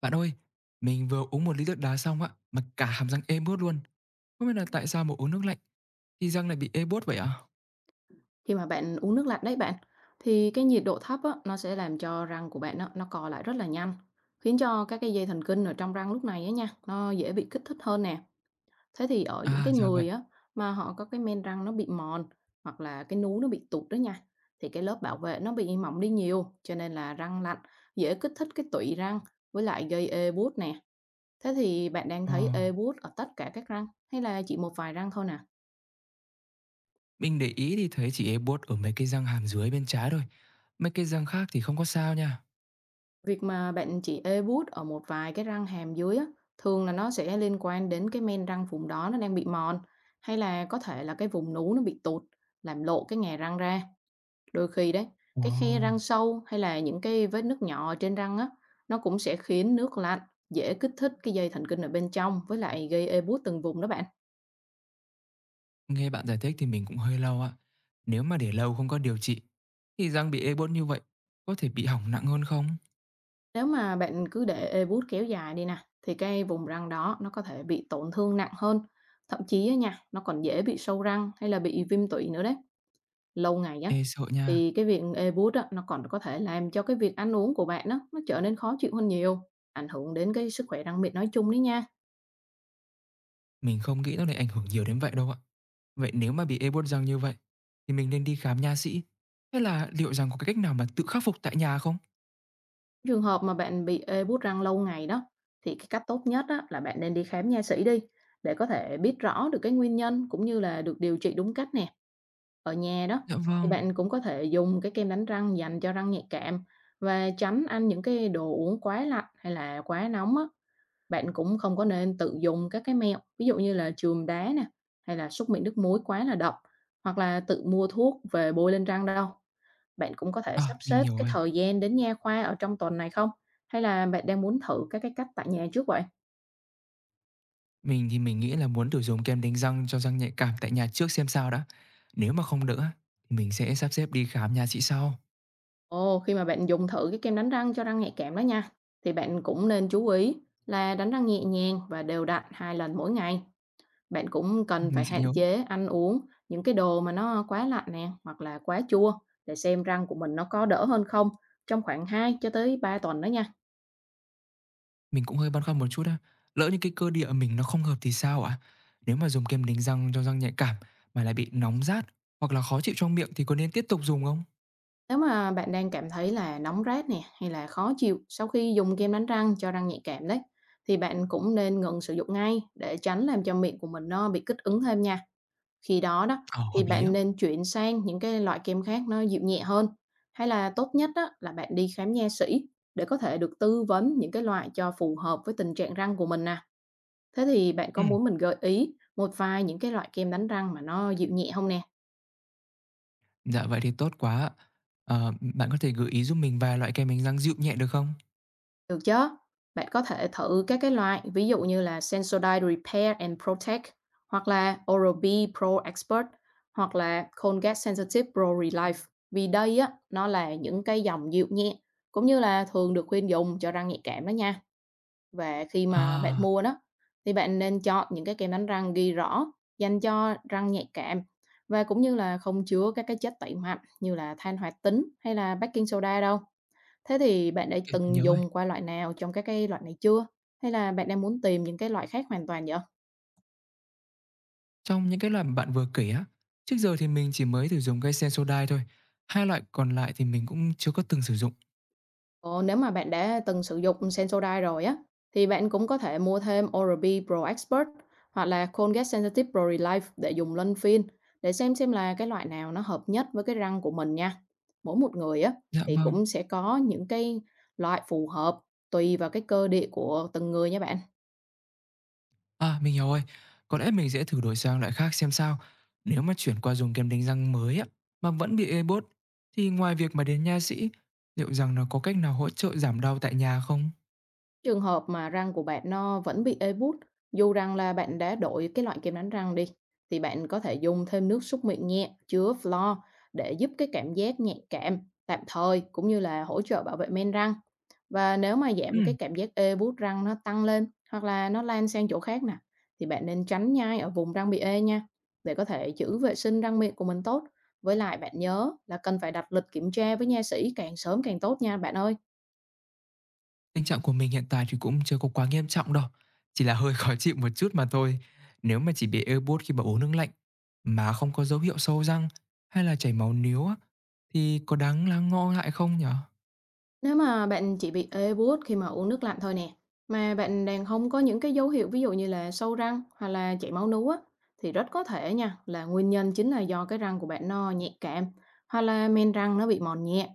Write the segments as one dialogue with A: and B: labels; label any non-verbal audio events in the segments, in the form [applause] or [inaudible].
A: Bạn ơi, mình vừa uống một ly nước đá xong ạ, mà cả hàm răng ê buốt luôn. Không biết là tại sao mà uống nước lạnh thì răng lại bị ê buốt vậy ạ?
B: Khi mà bạn uống nước lạnh đấy bạn, thì cái nhiệt độ thấp á, nó sẽ làm cho răng của bạn á, nó co lại rất là nhanh, khiến cho các cái dây thần kinh ở trong răng lúc này á nha, nó dễ bị kích thích hơn nè. Thế thì ở những
A: À,
B: cái
A: ra vậy.
B: người á, mà họ có cái men răng nó bị mòn hoặc là cái núi nó bị tụt đó nha, thì cái lớp bảo vệ nó bị mỏng đi nhiều, cho nên là răng lạnh dễ kích thích cái tụy răng với lại gây ê buốt nè. Thế thì bạn đang
A: Ờ,
B: thấy ê buốt ở tất cả các răng hay là chỉ một vài răng thôi nè?
A: mình để ý thì thấy chỉ ê buốt ở mấy cái răng hàm dưới bên trái thôi. Mấy cái răng khác thì không có sao nha.
B: Việc mà bạn chỉ ê buốt ở một vài cái răng hàm dưới á, thường là nó sẽ liên quan đến cái men răng vùng đó nó đang bị mòn, hay là có thể là cái vùng nú nó bị tụt làm lộ cái ngà răng ra. Đôi khi đấy,
A: Ồ,
B: cái khe răng sâu hay là những cái vết nước nhỏ ở trên răng á, nó cũng sẽ khiến nước lạnh dễ kích thích cái dây thần kinh ở bên trong với lại gây ê buốt từng vùng đó bạn.
A: nghe bạn giải thích thì mình cũng hơi lo ạ. Nếu mà để lâu không có điều trị thì răng bị ê buốt như vậy có thể bị hỏng nặng hơn không?
B: Nếu mà bạn cứ để ê buốt kéo dài đi nè, thì cái vùng răng đó nó có thể bị tổn thương nặng hơn. Thậm chí á nha, nó còn dễ bị sâu răng hay là bị viêm tụy nữa đấy. Lâu ngày á,
A: Ê sợ nha.
B: thì cái việc ê buốt á, nó còn có thể làm cho cái việc ăn uống của bạn á, nó trở nên khó chịu hơn nhiều, ảnh hưởng đến cái sức khỏe răng miệng nói chung đấy nha.
A: Mình không nghĩ nó lại ảnh hưởng nhiều đến vậy đâu ạ. Vậy nếu mà bị ê buốt răng như vậy, thì mình nên đi khám nha sĩ. Thế là liệu rằng có cái cách nào mà tự khắc phục tại nhà không?
B: Trường hợp mà bạn bị ê buốt răng lâu ngày đó, thì cái cách tốt nhất á, là bạn nên đi khám nha sĩ đi, để có thể biết rõ được cái nguyên nhân cũng như là được điều trị đúng cách nè. Ở nhà đó,
A: Dạ
B: thì
A: vâng.
B: bạn cũng có thể dùng cái kem đánh răng dành cho răng nhạy cảm và tránh ăn những cái đồ uống quá lạnh hay là quá nóng á. Bạn cũng không có nên tự dùng các cái mẹo, ví dụ như là chườm đá nè, hay là súc miệng nước muối quá là độc, hoặc là tự mua thuốc về bôi lên răng đâu. Bạn cũng có thể sắp
A: À, mình
B: xếp
A: hiểu
B: cái
A: rồi.
B: thời gian đến nha khoa ở trong tuần này không? Hay là bạn đang muốn thử các cái cách tại nhà trước vậy?
A: Mình nghĩ là muốn thử dùng kem đánh răng cho răng nhạy cảm tại nhà trước xem sao đã. Nếu mà không đỡ, thì mình sẽ sắp xếp đi khám nha sĩ sau.
B: Ồ, khi mà bạn dùng thử cái kem đánh răng cho răng nhạy cảm đó nha, thì bạn cũng nên chú ý là đánh răng nhẹ nhàng và đều đặn 2 lần mỗi ngày. Bạn cũng cần
A: Mình
B: phải
A: sẽ nhớ.
B: hạn chế ăn uống những cái đồ mà nó quá lạnh nè, hoặc là quá chua, để xem răng của mình nó có đỡ hơn không trong khoảng 2 cho tới 3 tuần đó nha.
A: Mình cũng hơi băn khoăn một chút á. Lỡ như cái cơ địa mình nó không hợp thì sao ạ? Nếu mà dùng kem đánh răng cho răng nhạy cảm mà lại bị nóng rát hoặc là khó chịu trong miệng thì có nên tiếp tục dùng không?
B: Nếu mà bạn đang cảm thấy là nóng rát nè hay là khó chịu sau khi dùng kem đánh răng cho răng nhạy cảm đấy, thì bạn cũng nên ngừng sử dụng ngay để tránh làm cho miệng của mình nó bị kích ứng thêm nha. Khi đó đó
A: Ờ, hợp
B: thì
A: lý
B: bạn
A: á.
B: nên chuyển sang những cái loại kem khác nó dịu nhẹ hơn. Hay là tốt nhất á, là bạn đi khám nha sĩ để có thể được tư vấn những cái loại cho phù hợp với tình trạng răng của mình nè. Thế thì bạn
A: Ừ.
B: có muốn mình gợi ý một vài những cái loại kem đánh răng mà nó dịu nhẹ không nè?
A: Dạ, vậy thì tốt quá ạ. Ờ, bạn có thể gợi ý giúp mình vài loại kem đánh răng dịu nhẹ được không?
B: Được chứ? Bạn có thể thử các cái loại ví dụ như là Sensodyne Repair and Protect, hoặc là Oral-B Pro Expert, hoặc là Colgate Sensitive Pro Relife. Vì đây á, nó là những cái dòng dịu nhẹ cũng như là thường được khuyên dùng cho răng nhạy cảm đó nha. Và khi mà bạn
A: À,
B: mua đó, thì bạn nên chọn những cái kem đánh răng ghi rõ dành cho răng nhạy cảm và cũng như là không chứa các cái chất tẩy mạnh như là than hoạt tính hay là baking soda đâu. Thế thì bạn đã
A: OK, mình nhớ
B: từng
A: rồi.
B: dùng qua loại nào trong các cái loại này chưa? Hay là bạn đang muốn tìm những cái loại khác hoàn toàn vậy?
A: Trong những cái loại mà bạn vừa kể á, trước giờ thì mình chỉ mới thử dùng cái Sensodyne thôi, hai loại còn lại thì mình cũng chưa có từng sử dụng.
B: Ồ, nếu mà bạn đã từng sử dụng Sensodyne rồi á, thì bạn cũng có thể mua thêm Oral-B Pro Expert hoặc là Colgate Sensitive Pro Relief để dùng luân phiên, để xem là cái loại nào nó hợp nhất với cái răng của mình nha. Mỗi một người á
A: Dạ
B: thì
A: vâng.
B: cũng sẽ có những cái loại phù hợp tùy vào cái cơ địa của từng người nha bạn.
A: À, mình hiểu rồi. Có lẽ mình sẽ thử đổi sang loại khác xem sao. Nếu mà chuyển qua dùng kem đánh răng mới á, mà vẫn bị ê bốt thì ngoài việc mà đến nha sĩ, liệu rằng nó có cách nào hỗ trợ giảm đau tại nhà không?
B: Trường hợp mà răng của bạn nó vẫn bị ê buốt, dù rằng là bạn đã đổi cái loại kem đánh răng đi, thì bạn có thể dùng thêm nước súc miệng nhẹ chứa floor để giúp cái cảm giác nhạy cảm tạm thời cũng như là hỗ trợ bảo vệ men răng. Và nếu mà giảm cái
A: Ừm.
B: cảm giác ê buốt răng nó tăng lên hoặc là nó lan sang chỗ khác nè, thì bạn nên tránh nhai ở vùng răng bị ê nha, để có thể giữ vệ sinh răng miệng của mình tốt. Với lại bạn nhớ là cần phải đặt lịch kiểm tra với nha sĩ càng sớm càng tốt nha bạn ơi.
A: Tình trạng của mình hiện tại thì cũng chưa có quá nghiêm trọng đâu, chỉ là hơi [laughs] khó chịu một chút mà thôi. Nếu mà chỉ bị ê buốt khi mà uống nước lạnh mà không có dấu hiệu sâu răng hay là chảy máu níu á, thì có đáng lắng ngộ lại không nhỉ?
B: Nếu mà bạn chỉ bị ê buốt khi mà uống nước lạnh thôi nè, mà bạn đang không có những cái dấu hiệu ví dụ như là sâu răng hoặc là chảy máu nú á, thì rất có thể nha là nguyên nhân chính là do cái răng của bạn nó nhạy cảm hoặc là men răng nó bị mòn nhẹ.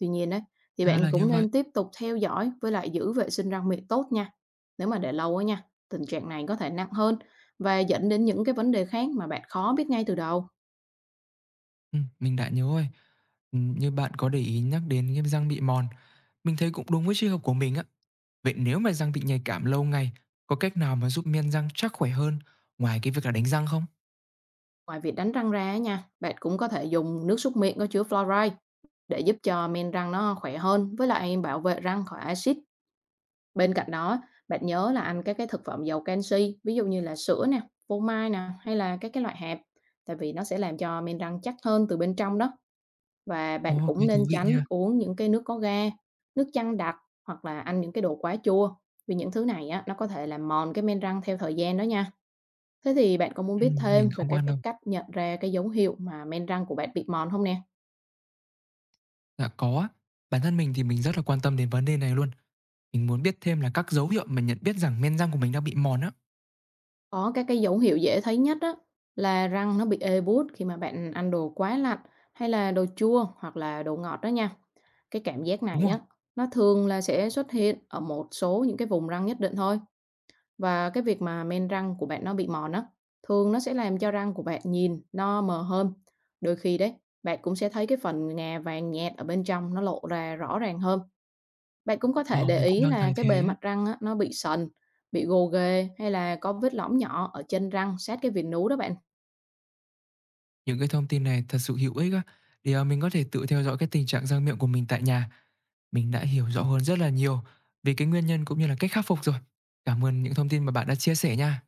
B: Tuy nhiên đấy, thì
A: Ra
B: bạn
A: là như
B: cũng
A: vậy.
B: nên tiếp tục theo dõi với lại giữ vệ sinh răng miệng tốt nha. Nếu mà để lâu á nha, tình trạng này có thể nặng hơn và dẫn đến những cái vấn đề khác mà bạn khó biết ngay từ đầu.
A: Mình đã nhớ rồi. Như bạn có để ý nhắc đến cái răng bị mòn, mình thấy cũng đúng với trường hợp của mình á. Vậy nếu mà răng bị nhạy cảm lâu ngày, có cách nào mà giúp miên răng chắc khỏe hơn ngoài cái việc là đánh răng không?
B: Ngoài việc đánh răng ra á nha, bạn cũng có thể dùng nước súc miệng có chứa fluoride để giúp cho men răng nó khỏe hơn, với lại bảo vệ răng khỏi axit. Bên cạnh đó, bạn nhớ là ăn các cái thực phẩm giàu canxi, ví dụ như là sữa nè, phô mai nè, hay là các cái loại hạt, tại vì nó sẽ làm cho men răng chắc hơn từ bên trong đó. Và bạn
A: Ồ,
B: cũng
A: cái
B: nên
A: thú vị
B: tránh
A: nha.
B: uống những cái nước có ga, nước chanh đặc, hoặc là ăn những cái đồ quá chua, vì những thứ này á, nó có thể làm mòn cái men răng theo thời gian đó nha. Thế thì bạn có muốn biết
A: Mình
B: thêm về
A: không
B: các
A: quan
B: cái
A: đâu.
B: cách nhận ra cái dấu hiệu mà men răng của bạn bị mòn không nè?
A: Dạ có á. Bản thân mình rất là quan tâm đến vấn đề này luôn. Mình muốn biết thêm là các dấu hiệu mà nhận biết rằng men răng của mình đang bị mòn á.
B: Có các cái dấu hiệu dễ thấy nhất á là răng nó bị ê buốt khi mà bạn ăn đồ quá lạnh hay là đồ chua hoặc là đồ ngọt đó nha. Cái cảm giác
A: Đúng
B: này
A: rồi.
B: á, nó thường là sẽ xuất hiện ở một số những cái vùng răng nhất định thôi. Và cái việc mà men răng của bạn nó bị mòn á, thường nó sẽ làm cho răng của bạn nhìn nó mờ hơn. Đôi khi đấy, bạn cũng sẽ thấy cái phần ngà vàng nhạt ở bên trong nó lộ ra rõ ràng hơn. Bạn cũng có thể
A: Ờ,
B: để
A: mình cũng
B: ý
A: đang thấy
B: là cái bề
A: thế.
B: mặt răng á, nó bị sần, bị gồ ghề hay là có vết lõm nhỏ ở trên răng sát cái viền núi đó bạn.
A: Những cái thông tin này thật sự hữu ích á. Thì ờ, mình có thể tự theo dõi cái tình trạng răng miệng của mình tại nhà. Mình đã hiểu rõ hơn rất là nhiều về cái nguyên nhân cũng như là cách khắc phục rồi. Cảm ơn những thông tin mà bạn đã chia sẻ nha.